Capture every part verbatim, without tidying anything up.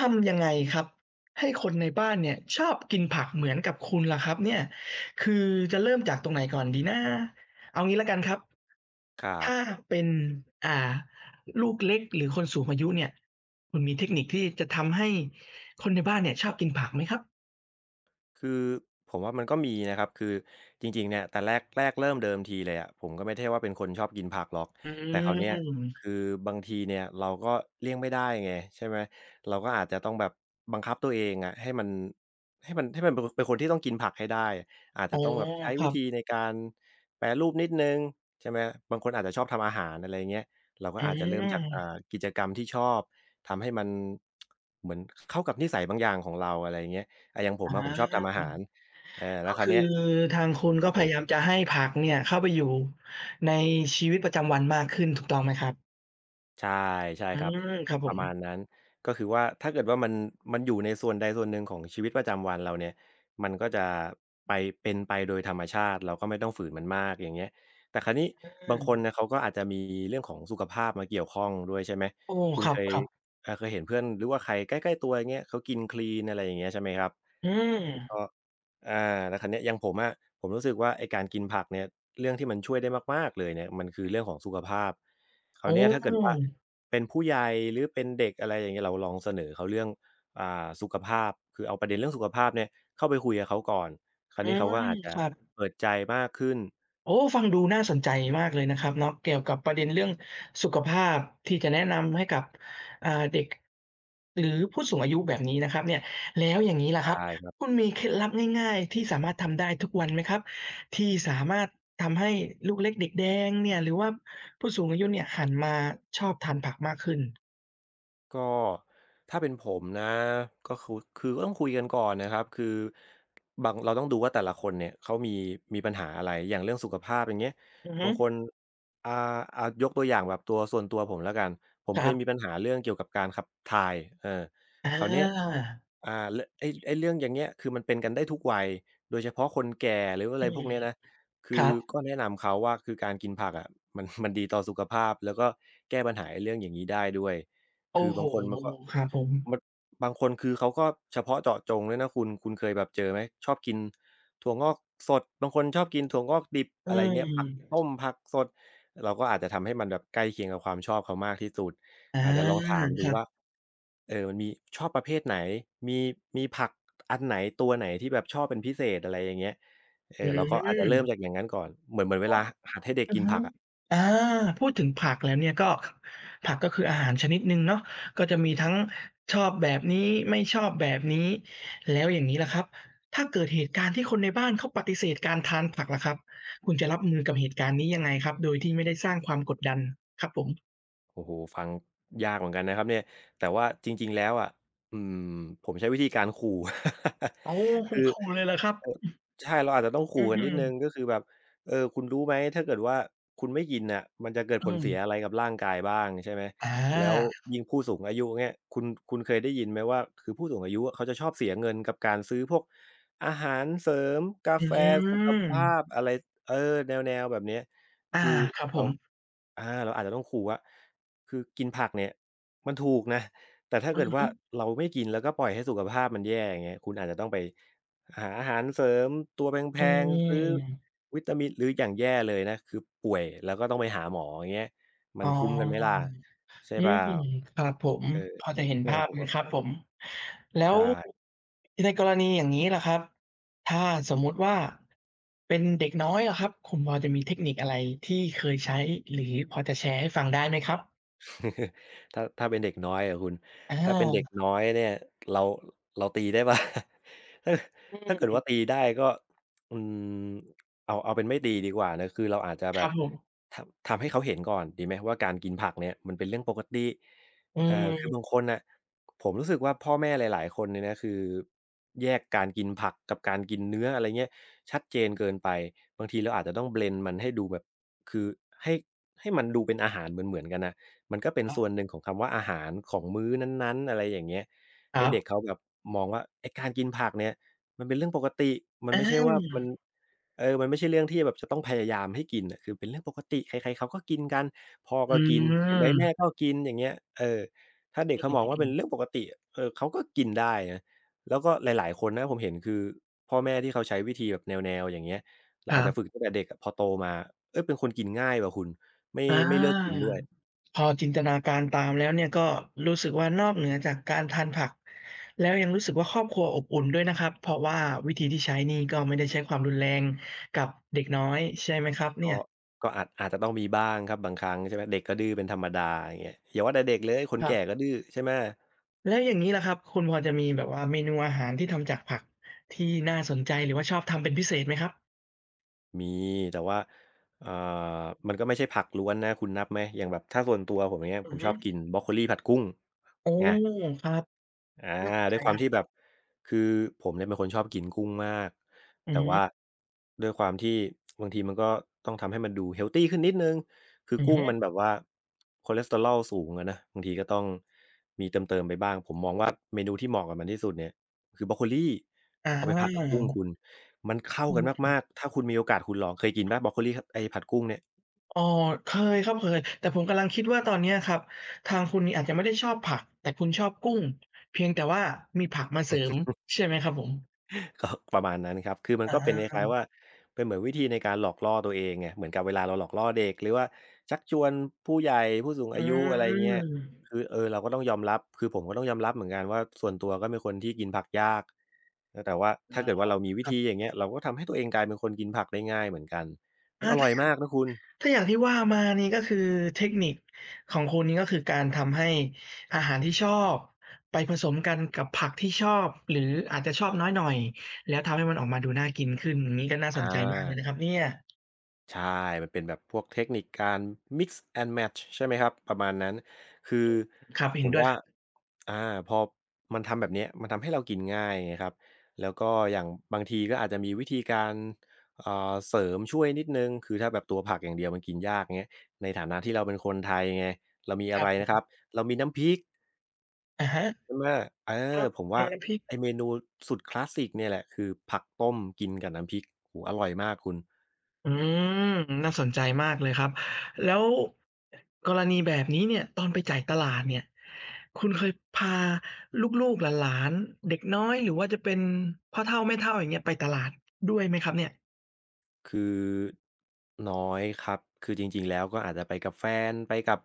ทำยังไงครับให้คนในบ้านเนี่ยชอบกินผักเหมือนกับคุณล่ะครับเนี่ยคือจะเริ่มจากตรงไหนก่อนดีนะเอางี้แล้วกันครับครัถ้าบเป็นอ่าลูกเล็กหรือคนสูงอายุเนี่ยคุณมีเทคนิคที่จะทำให้คนในบ้านเนี่ยชอบกินผักไหมครับคือผมว่ามันก็มีนะครับคือจริงๆเนี่ยแต่แรกแรกเริ่มเดิมทีเลยอะผมก็ไม่ใช่ว่าเป็นคนชอบกินผักหรอกอืแต่คราวเนี้ยมคือบางทีเนี่ยเราก็เลี่ยงไม่ได้ไงใช่ไหมเราก็อาจจะต้องแบบบังคับตัวเองอะให้มันให้มันให้มันเป็นเป็นคนที่ต้องกินผักให้ได้อาจอ๋จะอต้องแบบใช้ควิรัธีบในการแปรรูปนิดหนึ่งใช่ไหมบางคนอาจจะชอบทำอาหารอะไรอย่างเงี้ยเราก็อือาจจะเริ่มจากอ่ามกิจกรรมที่ชอบทำให้มันเหมือนเข้ากับนิสัยบางอย่างของเราอะไรอย่างเงี้ย อ่าอย่างผมออะผมชอบทำอาาหารเออแล้ก็วคราวคืเนี้อยทางคุณคก็รับพผยายามมจะให้ผักเนี่ยเข้าไปอยู่ในชีวิตประจำวันมากขึ้นถูกต้องไหมครับใช่ใช่อืครับมครับผปมระมาณนั้นก็คือว่าถ้าเกิดว่ามันมันอยู่ในส่วนใดส่วนหนึ่งของชีวิตประจำวันเราเนี่ยมันก็จะไปเป็นไปโดยธรรมชาติเราก็ไม่ต้องฝืนมันมากอย่างเงี้ยแต่คราวนี้อืบางม คนเนี่ยเขาก็อาจจะมีเรื่องของสุขภาพมาเกี่ยวข้องด้วยใช่ไหมโอ้คุคณรับเคยครับอ่าเคยเห็นเพื่อนหรือว่าใครใกล้ๆตัวอย่างเงี้ยเขากินคลีนอะไรอย่างเงี้ยใช่ไหมครับ อืก็มอาแล้วคราวเนี้ยอย่างผมอะผมรู้สึกว่าไอ้การกินผักเนี่ยเรื่องที่มันช่วยได้มากๆเลยเนี่ยมันคือเรื่องของสุขภาพคราโอ้วเนี้ยถ้าเกิดว่าเป็นผู้ใหญ่หรือเป็นเด็กอะไรอย่างเงี้ยเราลองเสนอเขาเรื่องอ่าสุขภาพคือเอาประเด็นเรื่องสุขภาพเนี่ยเข้าไปคุยกับเขาก่อนคราวอืนี้เขาก็มอาจจะครับเปิดใจมากขึ้นโอ้ฟังดูน่าสนใจมากเลยนะครับเนาะเกี่ยวกับประเด็นเรื่องสุขภาพที่จะแนะนำให้กับอ่าเด็ก หรือผู้สูงอายุแบบนี้นะครับเนี่ยแล้วอย่างงี้ใล่ะครับ ช่ คุณมีเคล็ดลับง่ายๆที่สามารถทำได้ทุกวันไหมครับที่สามารถทำให้ลูกเล็กเด็กแดงเนี่ยหรือว่าผู้สูงอายุเนี่ยหันมาชอบทานผักมากขึ้นก็ถ้าเป็นผมนะก็คือคือก็ต้องคุยกันก่อนนะครับคือบางเราต้องดูว่าแต่ละคนเนี่ยเขามีมีปัญหาอะไรอย่างเรื่องสุขภาพอย่างเงี้ยอือฮึบางคนอ่าอ่ายกตัวอย่างแบบตัวส่วนตัวผมแล้วกันผมคเครัยมีปับญหาเรื่องเกี่ยวกับการขับถ่ายเอออคราวเนี้ยาอ่าเรองไอ้ไอ้เรื่องอย่างเงี้ยคือมันเป็นกันได้ทุกวัยโดยเฉพาะคนแก่หรืออะอืไรพมวกเนี้ยนะคคืรัอบก็แนะนำเขาว่าคือการกินผักอะมันมันดีต่อสุขภาพแล้วก็แก้ปัญหาไอ้เรื่องอย่างนี้ได้ด้วย โอ้คือโฮบางคนมันก็ครับผม มันบางคนคือเขาก็เฉพาะเจาะจงด้วยนะคุณคุณเคยแบบเจอไหมชอบกินถั่วงอกสดบางคนชอบกินถั่วงอกดิบอือะไรเงี้ยผักมต้มผักสดเราก็อาจจะทำให้มันแบบใกล้เคียงกับความชอบเขามากที่สุดอาอาจจะลองถามคดูรับว่าเอ่อมันมีชอบประเภทไหนมีมีผักอันไหนตัวไหนที่แบบชอบเป็นพิเศษอะไรอย่างเงี้ยเออือเราก็อาจจะมเริ่มจากอย่างงั้นก่อนเหมือนเหมือนเวพูดลาหัดให้เด็กอือกินฮึผักอะ อาพูดถึงผักแล้วเนี่ยก็ผักก็คืออาหารชนิดหนึ่งเนาะก็จะมีทั้งชอบแบบนี้ไม่ชอบแบบนี้แล้วอย่างนี้ล่ะครับ ถ้าเกิดเหตุการณ์ที่คนในบ้านเขาปฏิเสธการทานผักล่ะครับคุณจะรับมือกับเหตุการณ์นี้ยังไงครับโดยที่ไม่ได้สร้างความกดดันครับผมโอ้โฮฟังยากเหมือนกันนะครับเนี่ยแต่ว่าจริงๆแล้วอะอืมผมใช้วิธีการขู่ อ๋อของคือ คุณเลยเหรอครับเออใช่เราอาจจะต้องอืขู่อกัฮนอนิดหนึ่งก็คือแบบเออคุณรู้ไหมถ้าเกิดว่าคุณไม่กินน่ะมันจะเกิดอืผลมเสียอะไรกับร่างกายบ้างใช่ไหมอแล้วายิ่งผู้สูงอายุเงี้ยคุณคุณเคยได้ยินไหมว่าคือผู้สูงอายุอะเขาจะชอบเสียเงินกับการซื้อพวกอาหารเสริมกาอืแฟสุขมภาพอะไรเออแนวๆแบบเนี้ยอาคือครับผเรามอาเราอาจจะต้องขู่ว่าคือกินผักเนี่ยมันถูกนะแต่ถ้าอืเกิอดฮึว่าเราไม่กินแล้วก็ปล่อยให้สุขภาพมันแย่อย่างเงี้ยคุณอาจจะต้องไป หาอาหารเสริมตัวแพอืงๆซื้อม วิตามินหรืออย่างแย่เลยนะคือป่วยแล้วก็ต้องไปหาหมออย่างเงี้ยมัอ๋นอคุ้มกันไหมล่ะใช่อืเปมล่าครับผม เออพอจะเห็นเนี่ยภาพผมเลยก็ครับผม แล้วใช่ ในกรณีอย่างงี้ล่ะครับ ถ้าสมมุติว่าเป็นเด็กน้อยอะครับ คุณพอจะมีเทคนิคอะไรที่เคยใช้หรือพอจะแชร์ให้ฟังได้ไหมครับ ถ้าถ้าเป็นเด็กน้อยอะคุณอถ้าเป็นเด็กาน้อยเนี่ยเราเราตีได้ปะ ถ้าอืถ้าเกิดว่าตีมได้ก็อืมเอาเอาเป็นไม่ตีดีกว่านะคือเราอาจจะคแบรับบผมทำทำให้เขาเห็นก่อนดีไหมว่าการกินผักเนี่ยมันเป็นเรื่องปกติอืเอ่อคือบางมคนน่ะผมรู้สึกว่าพ่อแม่หลายๆคนเนี่ยนะคือแยกการกินผักกับการกินเนื้ออะไรเงี้ยชัดเจนเกินไปบางทีเราอาจจะต้องเบลนมันให้ดูแบบคือให้ให้มันดูเป็นอาหารเหมือนๆกันนะ มันก็เป็นครัส่วนบหนึ่งของคำว่าอาหารของมื้อนั้นๆอะไรอย่างเงี้ยคให้รัเด็กบเขาแบบมองว่าไอ้การกินผักเนี่ยมันเป็นเรื่องปกติมันอไม่ใช่ว่ามันาเออมันไม่ใช่เรื่องที่แบบจะต้องพยายามให้กินอ่ะคือเป็นเรื่องปกติใครๆเขาก็กินกันพ่ออืก็กินเห็นไหมแม่มก็กินอย่างเงี้ยเออถ้าเด็กเขามองว่าเป็นเรื่องปกติเออเขาก็กินได้นะแล้วก็หลายๆคนนะผมเห็นคือพ่อแม่ที่เขาใช้วิธีแบบแนวๆอย่างเงี้ยแล้วครัอาจจะฝึบกตั้งแต่เด็กอะพอโตมาเฮ้ยเป็นคนกินง่ายว่ะคุณไม่อา ไม่เลือกกินด้วย พอจินตนาการตามแล้วเนี่ยก็รู้สึกว่านอกเหนือจากการทานผักแล้วยังรู้สึกว่าครอบครัวอบอุ่นด้วยนะครับเพราะว่าวิธีที่ใช้นี่ก็ไม่ได้ใช้ความรุนแรงกับเด็กน้อยใช่ไหมครับเนี่ก็ยก็อาจอาจจะต้องมีบ้างครับบางครั้งใช่ไหมเด็กก็ดื้อเป็นธรรมดาอย่างเงี้ยอย่าว่าแต่เด็กเลยคนครัแก่ก็บดื้อใช่ไหมแล้วอย่างงี้ล่ะครับคุณพอจะมีแบบว่าเมนูอาหารที่ทำจากผักที่น่าสนใจหรือว่าชอบทำเป็นพิเศษไหมครับมีแต่ว่าเอ่อมันก็ไม่ใช่ผักล้วนนะคุณนับไหมอย่างแบบถ้าส่วนตัวผมอย่างเงี้ยอืผอมชฮึอบกินบรอกโคลีผัดกุ้งโอ้ไง ครับอาน่าสนใจด้วยคความรับที่แบบคือผมเนี่ยเป็นคนชอบกินกุ้งมากอือแต่ฮึว่าด้วยความที่บางทีมันก็ต้องทำให้มันดูเฮลทีขึ้นนิดหนึ่งคืออือกุ้งมัฮึนแบบว่าคอเลสเตอรอลสูงอะนะบางทีก็ต้องมีเติมๆไปบ้างผมมองว่าเมนูที่เหมาะกับมันที่สุดเนี่ยคือบรอกโคลีอเอาไปผัดกับกุ้างคุณมันเข้าอืกันม มากๆถ้าคุณมีโอกาสคุณลองเคยกินเปล่าบรอกโคลีขไอ้ผัดกุ้งเนี่ย อ๋อเคยครับเคยแต่ผมกำลังคิดว่าตอนเนี้ยครับทางคุณนี่อาจจะไม่ได้ชอบผักแต่คุณชอบกุ้งเพียงแต่ว่ามีผักมาเสริมใช่ไหมครับผมก็ประมาณนั้นครับคือมันอก็เป็นคาล้ายๆว่าเป็นเหมือนวิธีในการหลอกล่อตัวเองไงเหมือนกับเวลาเราหลอกล่อเด็กหรือว่าชักชวนผู้ใหญ่ผู้สูงอือายุอะไรเงี้ยมคือเออเราก็ต้องยอมรับคือผมก็ต้องยอมรับเหมือนกันว่าส่วนตัวก็เป็นคนที่กินผักยากเออแต่ว่าถ้าอาเกิดว่าเรามีควิรัธีอบย่างเงี้ยเราก็ทำให้ตัวเองกลายเป็นคนกินผักได้ง่ายเหมือนกันมัอานอร่ถ้าอยมากนะคุณถ้าอย่างที่ว่ามานี่ก็คือเทคนิคของคุณนี่ก็คือการทำให้อาหารที่ชอบไปผสมกันกับผักที่ชอบหรืออาจจะชอบน้อยหน่อยแล้วทำให้มันออกมาดูน่ากินขึ้นอย่างงี้ก็น่าสนอา ใจมากเลยนะครับเนี่ยใช่ มันเป็นแบบพวกเทคนิคการ mix and match ใช่ไหมครับ ประมาณนั้น คือครับเห็ผนมด้วยว่าครับอาพอมันทำแบบเนี้ยมันทำให้เรากินง่ายไงครับ แล้วก็อย่างบางทีก็อาจจะมีวิธีการเอ่อเสริมช่วยนิดหนึ่งคือถ้าแบบตัวผักอย่างเดียวมันกินยากเงี้ยในฐานะที่เราเป็นคนไทยไง เรามีคอะรับไรผนะครับ มเรามีน้ำพริกอะฮะใช่ไหมเอคอรับผมว่าน้ำพริก ไอ้เมนูสุดคลาสสิกเนี่ยแหละคือผักต้มกินกับน้ำพริกโอ้โฮอร่อยมากคุณ อืมน่าสนใจมากเลยครับแล้วกรณีแบบนี้เนี่ยตอนไปจ่ายตลาดเนี่ยคุณเคยพาลูกๆหลานๆเด็กน้อยหรือว่าจะเป็นพ่อเฒ่าแม่เฒ่าอย่างเงี้ยไปตลาดด้วยไหมครับเนี่ยคือน้อยครับคือจริงๆแล้วก็อาจจะไปกับแฟนไปกับ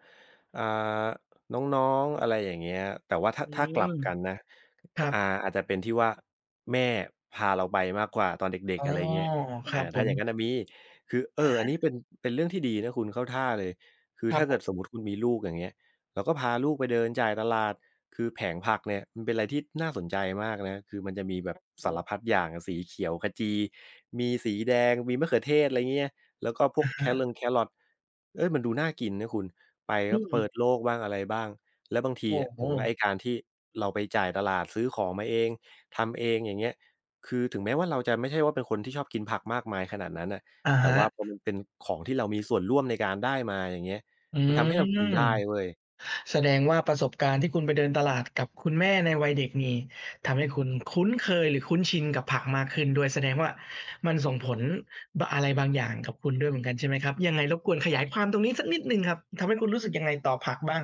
อ่าน้องๆอะไรอย่างเงี้ยแต่ว่าถ้าอืถ้ากลัมบกันนะครัอ่าบอาจจะเป็นที่ว่าแม่พาเราไปมากกว่าตอนเด็กอ๋อๆอะไรเงี้ยครัอาบผถ้ามอย่างงั้นน่ะมีคือเออะออันฮะนี้เป็นเป็นเรื่องที่ดีนะคุณเข้าท่าเลยคือครับถ้าผเกิดมสมมุติคุณมีลูกอย่างเงี้ย เราก็พาลูกไปเดินจ่ายตลาดคือแผงผักเนี่ยมันเป็นอะไรที่น่าสนใจมากนะคือมันจะมีแบบสารพัดอย่างอะสีเขียวขจีมีสีแดงมีมะเขือเทศอะไรเงี้ยแล้วก็พวกอะแครฮะงแครอทเฮ้ยมันดูน่ากินนะคุณไปอืก็มเปิดโลกบ้างอะไรบ้างแล้วบางทีโอ้อะโฮผมว่าไอ้การที่เราไปจ่ายตลาดซื้อของมาเองทำเองอย่างเงี้ยคือถึงแม้ว่าเราจะไม่ใช่ว่าเป็นคนที่ชอบกินผักมากมายขนาดนั้นน่ะอะแต่ฮะว่าพอมันเป็นของที่เรามีส่วนร่วมในการได้มาอย่างเงี้ยอืมันทำให้เรากินได้ม เว้ย แสดงว่าประสบการณ์ที่คุณไปเดินตลาดกับคุณแม่ในวัยเด็กนี่ทำให้คุณคุ้นเคยหรือคุ้นชินกับผักมากขึ้นด้วยแสดงว่ามันส่งผลบอะไรบางอย่างกับคุณด้วยเหมือนกันใช่ไหมครับยังไงรบกวนขยายความตรงนี้สักนิดหนึ่งครับทำให้คุณรู้สึกยังไงต่อผักบ้าง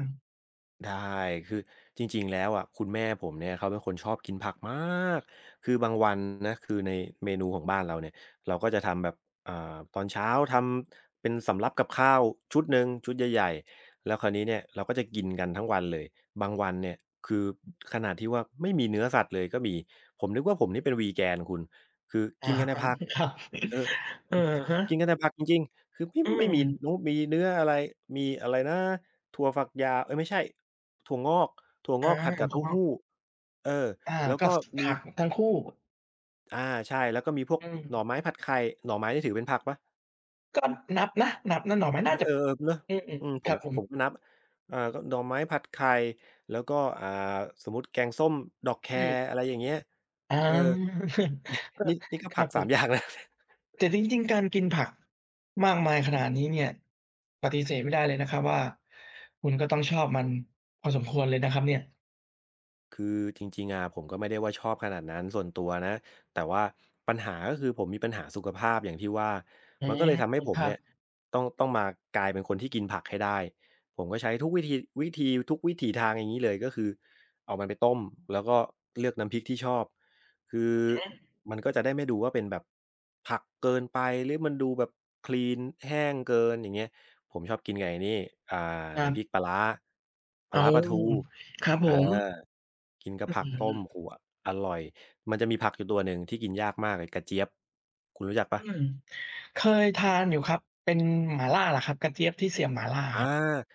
ได้คือจริงๆแล้วอะคุณแม่ผมเนี่ยเขาเป็นคนชอบกินผักมากคือบางวันนะคือในเมนูของบ้านเราเนี่ยเราก็จะทำแบบอ่าตอนเช้าทำเป็นสำรับกับข้าวชุดหนึ่งชุดใหญ่ๆแล้วคราวนี้เนี่ยเราก็จะกินกันทั้งวันเลยบางวันเนี่ยคือขนาดที่ว่าไม่มีเนื้อสัตว์เลยก็มีผมนึกว่าผมนี่เป็น Vegan คุณคืออะกินกัฮะนแต่ผักครับ เออ อะฮะกินกันแต่ผักจริงๆคือไม่อืไม่มีมนุมีเนื้ออะไรมีอะไรนะ ถั่วฝักยาวเอ๊ยไม่ใช่ถั่วงอก ถั่วงอาอกผัดกับถูกเต้าต้องหู้เอออาแล้วก็ก็สมีผักทั้งคู่อาใช่แล้วก็มีพวกอืมหน่อไม้ผัดไข่หน่อไม้นี่ถือเป็นผักเปล่าก็นับนะนับนะหน่อไม้เน่าจะออๆเนาะอืมอืมผๆคมรับผมผมก็นับอ่าก็หน่อไม้ผัดไข่แล้วก็อ่าสมมุติแกงส้ม ดอกแคอืมอะไรอย่างเงี้ยอเออาก็ นี่นี่ก็ครัผับกผสามอย่าม ง แล แต่จริงๆ การกินผักมากมายขนาดนี้เนี่ยปฏิเสธไม่ได้เลยนะครับว่าคุณก็ต้องชอบมันพอสมควรเลยนะครับเนี่ยคือจริงๆอะผมก็ไม่ได้ว่าชอบขนาดนั้นส่วนตัวนะแต่ว่าปัญหาก็คือผมมีปัญหาสุขภาพอย่างที่ว่าอืมันก็มเลยทำให้ผคมรับเนี่ยต้องต้องมากลายเป็นคนที่กินผักให้ได้ผมก็ใช้ทุกวิธีวิธีทุกวิถีทางอย่างงี้เลยก็คือเอามันไปต้มแล้วก็เลือกน้ำพริกที่ชอบคือมันก็จะได้ไม่ดูว่าเป็นแบบผักเกินไปหรือมันดูแบบคลีนแห้งเกินอย่างเงี้ยผมชอบกินกับไอ้นี่อ่าครัน้ำพริกปบลาร้าปลาอาร้าปลาทูอครับผเออ มกินกับอื้อผักต้มโอ้ฮืโฮอร่อยมันจะมีผักอยู่ตัวหนึ่งที่กินยากมากเลยกระเจี๊ยบคุณรู้จักเปอล่า เคยทานอยู่ครับเป็นหม่าล่าเหรอครับกระเจี๊ยบที่เสียบหม่าล่าอาครับ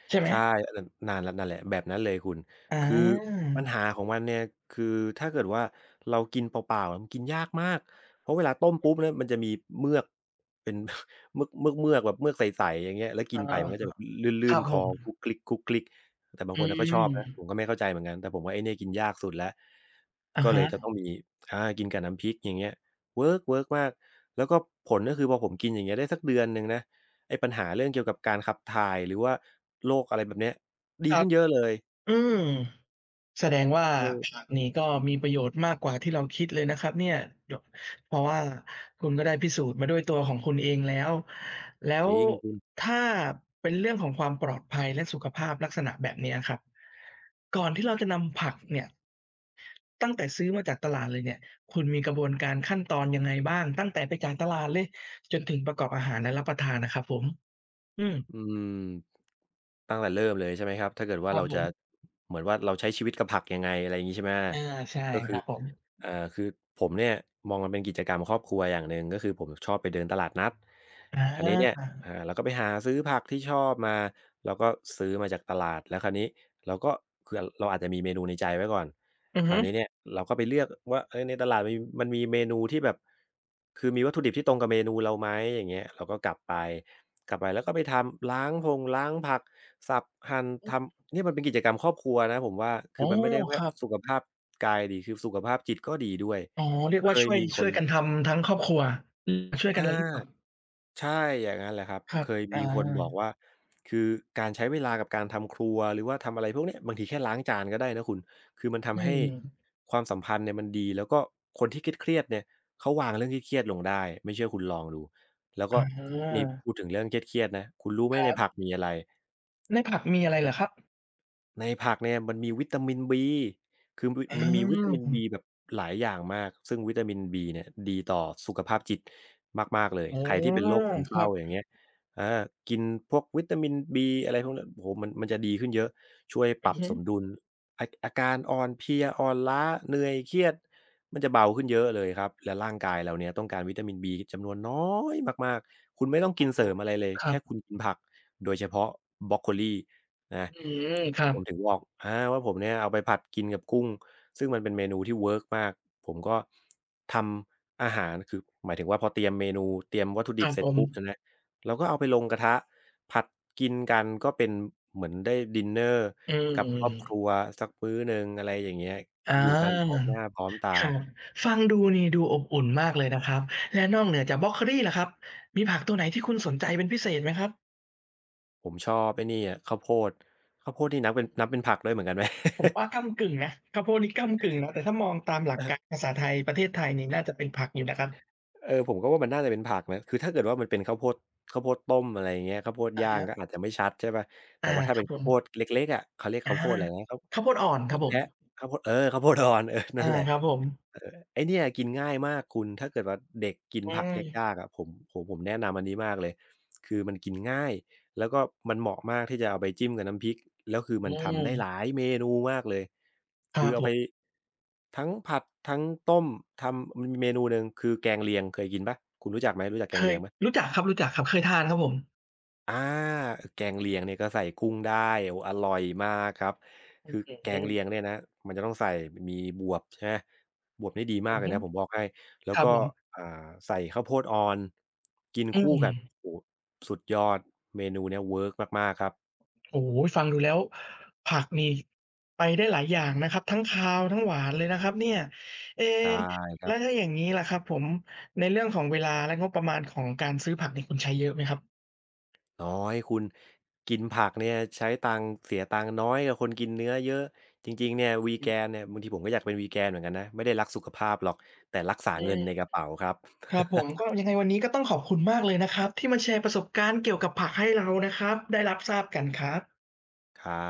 ใช่ไหมใช่อันนั้นนานแล้วนั่นแหละแบบนั้นเลยคุณอคือาปัญหาของมันเนี่ยคือถ้าเกิดว่าเรากินเปล่าๆมันกินยากมากเพราะเวลาต้มปุ๊บเนี่ยมันจะมีเมือกเป็น เมือกเมือกๆแบบเมือกใสๆอย่างเงี้ยแล้วกิอานไปมันก็จะแบๆบลๆื่ครันบๆคผอมคลุกคลิกๆแต่บางอืคนเขาก็ชอบนะผมมก็ไม่เข้าใจเหมือนกันแต่ผมว่าไอ้เนี่ยกินยากสุดแล้วอะก็เลฮะยจะต้องมีอากินกับน้ำพริกอย่างเงี้ยเวิร์กเวิร์กมากแล้วก็ผลก็คือพอผมกินอย่างเงี้ยได้สักเดือนหนึ่งนะ ไอ้ปัญหาเรื่องเกี่ยวกับการขับถ่ายหรือว่าโรคอะไรแบบเนี้ยคดีรับขึ้นเยอะเลยอืม แสดงว่าผัเออกนี่ก็มีประโยชน์มากกว่าที่เราคิดเลยนะครับเนี่ยดเพราะว่าคุณก็ได้พิสูจน์มาด้วยตัวของคุณเองแล้วแล้วจริงคุณถ้าเป็นเรื่องของความปลอดภัยและสุขภาพลักษณะแบบเนี้ยครับก่อนที่เราจะนำผักเนี่ยตั้งแต่ซื้อมาจากตลาดเลยเนี่ยคุณมีกระบวนการขั้นตอนยังไงบ้างตั้งแต่ไปจากตลาดเลยจนถึงประกอบอาหารและรับประทานน่ะครับผมอืมอืมตั้งแต่เริ่มเลยใช่ไหมครับถ้าเกิดคว่ารับเราผจะมเหมือนว่าเราใช้ชีวิตกับผักยังไงอะไรอย่างงี้ใช่ไหมอาใช่ก็คคืรัอบผมอ่าคือผมเนี่ยมองมันเป็นกิจกรรมครอบครัวอย่างหนึ่งก็คือผมชอบไปเดินตลาดนัดอคราวนี้เนี่ยาอ่าเราก็ไปหาซื้อผักที่ชอบมาเราก็ซื้อมาจากตลาดแล้วคราวนี้เราก็คือเราอาจจะมีเมนูในใจไว้ก่อน อือคราฮึวนี้เนี่ยเราก็ไปเลือกว่าเอยในตลาดมีมันมีเมนูที่แบบคือมีวัตถุดิบที่ตรงกับเมนูเราไหมอย่างเงี้ยเราก็กลับไปกลับไปแล้วก็ไปทำล้างพงล้างผักสับหั่นอือทำเนี่ยมันเป็นกิจกรรมครอบครัวนะผมว่าอ๋คืออมันไม่ได้แค่ครับ สุขภาพกายดีคือสุขภาพจิตก็ดีด้วยอ๋อเรียกเคว่ายช่วยมีคช่วนยกันทำทั้งครอบครัวอืมช่วยกัอา นล้างผักใช่อย่างงั้นแหละครับครับเคยอามีคนบอกว่าคือการใช้เวลากับการทำครัวหรือว่าทำอะไรพวกเนี้ยบางทีแค่ล้างจานก็ได้นะคุณคือมันอืทำให้มความสัมพันธ์เนี่ยมันดีแล้วก็คนที่เครียดๆเนี่ยเขาวางเรื่องเครียดๆลงได้ไม่เชื่อคุณลองดูแล้วอก็นี่าพูดถึงเรื่องเครียดๆนะคุณรู้ไหมครัในผักบมีอะไร ในผักมีอะไรเหรอครับในผักเนี่ยมันมีวิตามิน B คือวิอมันมีวิตามิน า B แบบหลายอย่างมากซึ่งวิตามิน B เนี่ยดีต่อสุขภาพจิตมากๆเลยอ๋อใครที่เป็นโรคซึมเศครัร้าบอย่างเงี้ยอากินพวกวิตามิน B อะไรพวกนั้นโอ้โฮมันมันจะดีขึ้นเยอะช่วยปอืรัอบฮึสมดุลอาอาการอ่อนเพลียอ่อนล้าเหนื่อยเครียดมันจะเบาขึ้นเยอะเลยครับและร่างกายเราเนี่ยต้องการวิตามิน B จำนวนน้อยมากๆคุณไม่ต้องอ๋กิอนเสริมอะไรเลยครับแค่คุณกินผักโดยเฉพาะบรอกโคลี นะอืมครับผมถึงบอกอาว่าผมเนี่ยเอาไปผัดกินกับกุ้งซึ่งมันเป็นเมนูที่เวิร์กมากผมก็ทำอาหารคือหมายถึงว่าพอเตรียมเมนูเตรียมวัตถุคดิรับบเสร็ผจมปุ๊บเนี่ยนะเราก็เอาไปลงกระทะผัดกินกันก็เป็นเหมือนได้ดินเนอร์อืกับครอบครัวมสักมื้อหนึ่งอะไรอย่างเงี้ยออยู่กันพร้อมาหน้าพร้อมตาครับฟังดูนี่ดูอบอุ่นมากเลยนะครับและนอกเหนือจากบรอกโคลีล่ะครับมีผักตัวไหนที่คุณสนใจเป็นพิเศษไหมครับ ผมชอบไอ้นี่อะข้าวโพดข้าวโพดนี่นับเป็นนับเป็นผักด้วยเหมือนกันไหม ผมว่าก้ำกึ่งนะข้าวโพดนี่ก้ำกึ่งนะแต่ถ้ามองตามหลักการภาษาไทยประเทศไทยนี่น่าจะเป็นผักอยู่นะครับเออผมก็ว่ามันน่าจะเป็นผักนะคือถ้าเกิดว่ามันเป็นข้าวโพดข้าวโพดต้มอะไรอย่างเงี้ยข้าวโพดอะย่างฮะก็อาจจะไม่ชัดใช่เปล่าอาแต่ว่าถ้าครัเป็บนผข้าวโพดมเล็กๆอะเขาเรียกอาข้าวโพดอะไรนะข้าวข้าวโพดอ่อนข้าวคโพรับดผมแคะข้าวโพดเออข้าวโพดอ่อนเออนั่นอาแหละ ครับผมเออไอ้เนี่ยกินง่ายมากคุณถ้าเกิดว่าเด็กกินอืผักมยากๆอะผมโอ้โฮผมแนะนำอันนี้มากเลยคือมันกินง่ายแล้วก็มันเหมาะมากที่จะเอาไปจิ้มกับน้ำพริกแล้วคืออืมันทำได้หลามยเมนูมากเลยครัคือบผเอาไปมทั้งผัดทั้งต้มทำมันมีเมนูหนึ่งคือแกงเลียงเคยกินเปล่าคุณรู้จักไหมรู้จักแกเคงเลียยงไหม รู้จักครับรู้จักครับเคยทานครับผมอาแกงเลียงเนี่ยก็ใส่กุ้งได้โอ้อร่อยมากครับคืออแกืงเลียมงเนี่ยนะมันจะต้องใส่มีบวบใช่ไหมบวบนี่ดีมาอืกอเลยนะผฮึมบอกให้แล้ควรับก็ผมอ่าใส่ข้าวโพดอ่อนกินอืคู่กับมโอ้โฮสุดยอดเมนูเนี้ยเวิร์กมากๆครับโอ้โฮฟังดูแล้วผักนี่ไปได้หลายอย่างนะครับทั้งคาวทั้งหวานเลยนะครับเนี่ยเอ๊ใช่ครัแล้วถ้าบอย่างงี้ล่ะครับผมในเรื่องของเวลาและงบประมาณของการซื้อผักนี่คุณใช้เยอะไหมครับ น้อยคุณกินผักเนี่ยใช้ตังค์เสียตังค์น้อยกว่าคนกินเนื้อเยอะจริงๆเนี่ยวีอืแกนมเนี่ยบางทีผมก็อยากเป็นวีแกนเหมือนกันนะไม่ได้รักสุขภาพหรอกแต่รักษาเงินในกระเป๋าครับ ครับผมก็ยังไงวันนี้ก็ต้องขอบคุณมากเลยนะครับที่มาแชร์ประสบการณ์เกี่ยวกับผักให้เรานะครับได้รับทราบกันครับ ครับ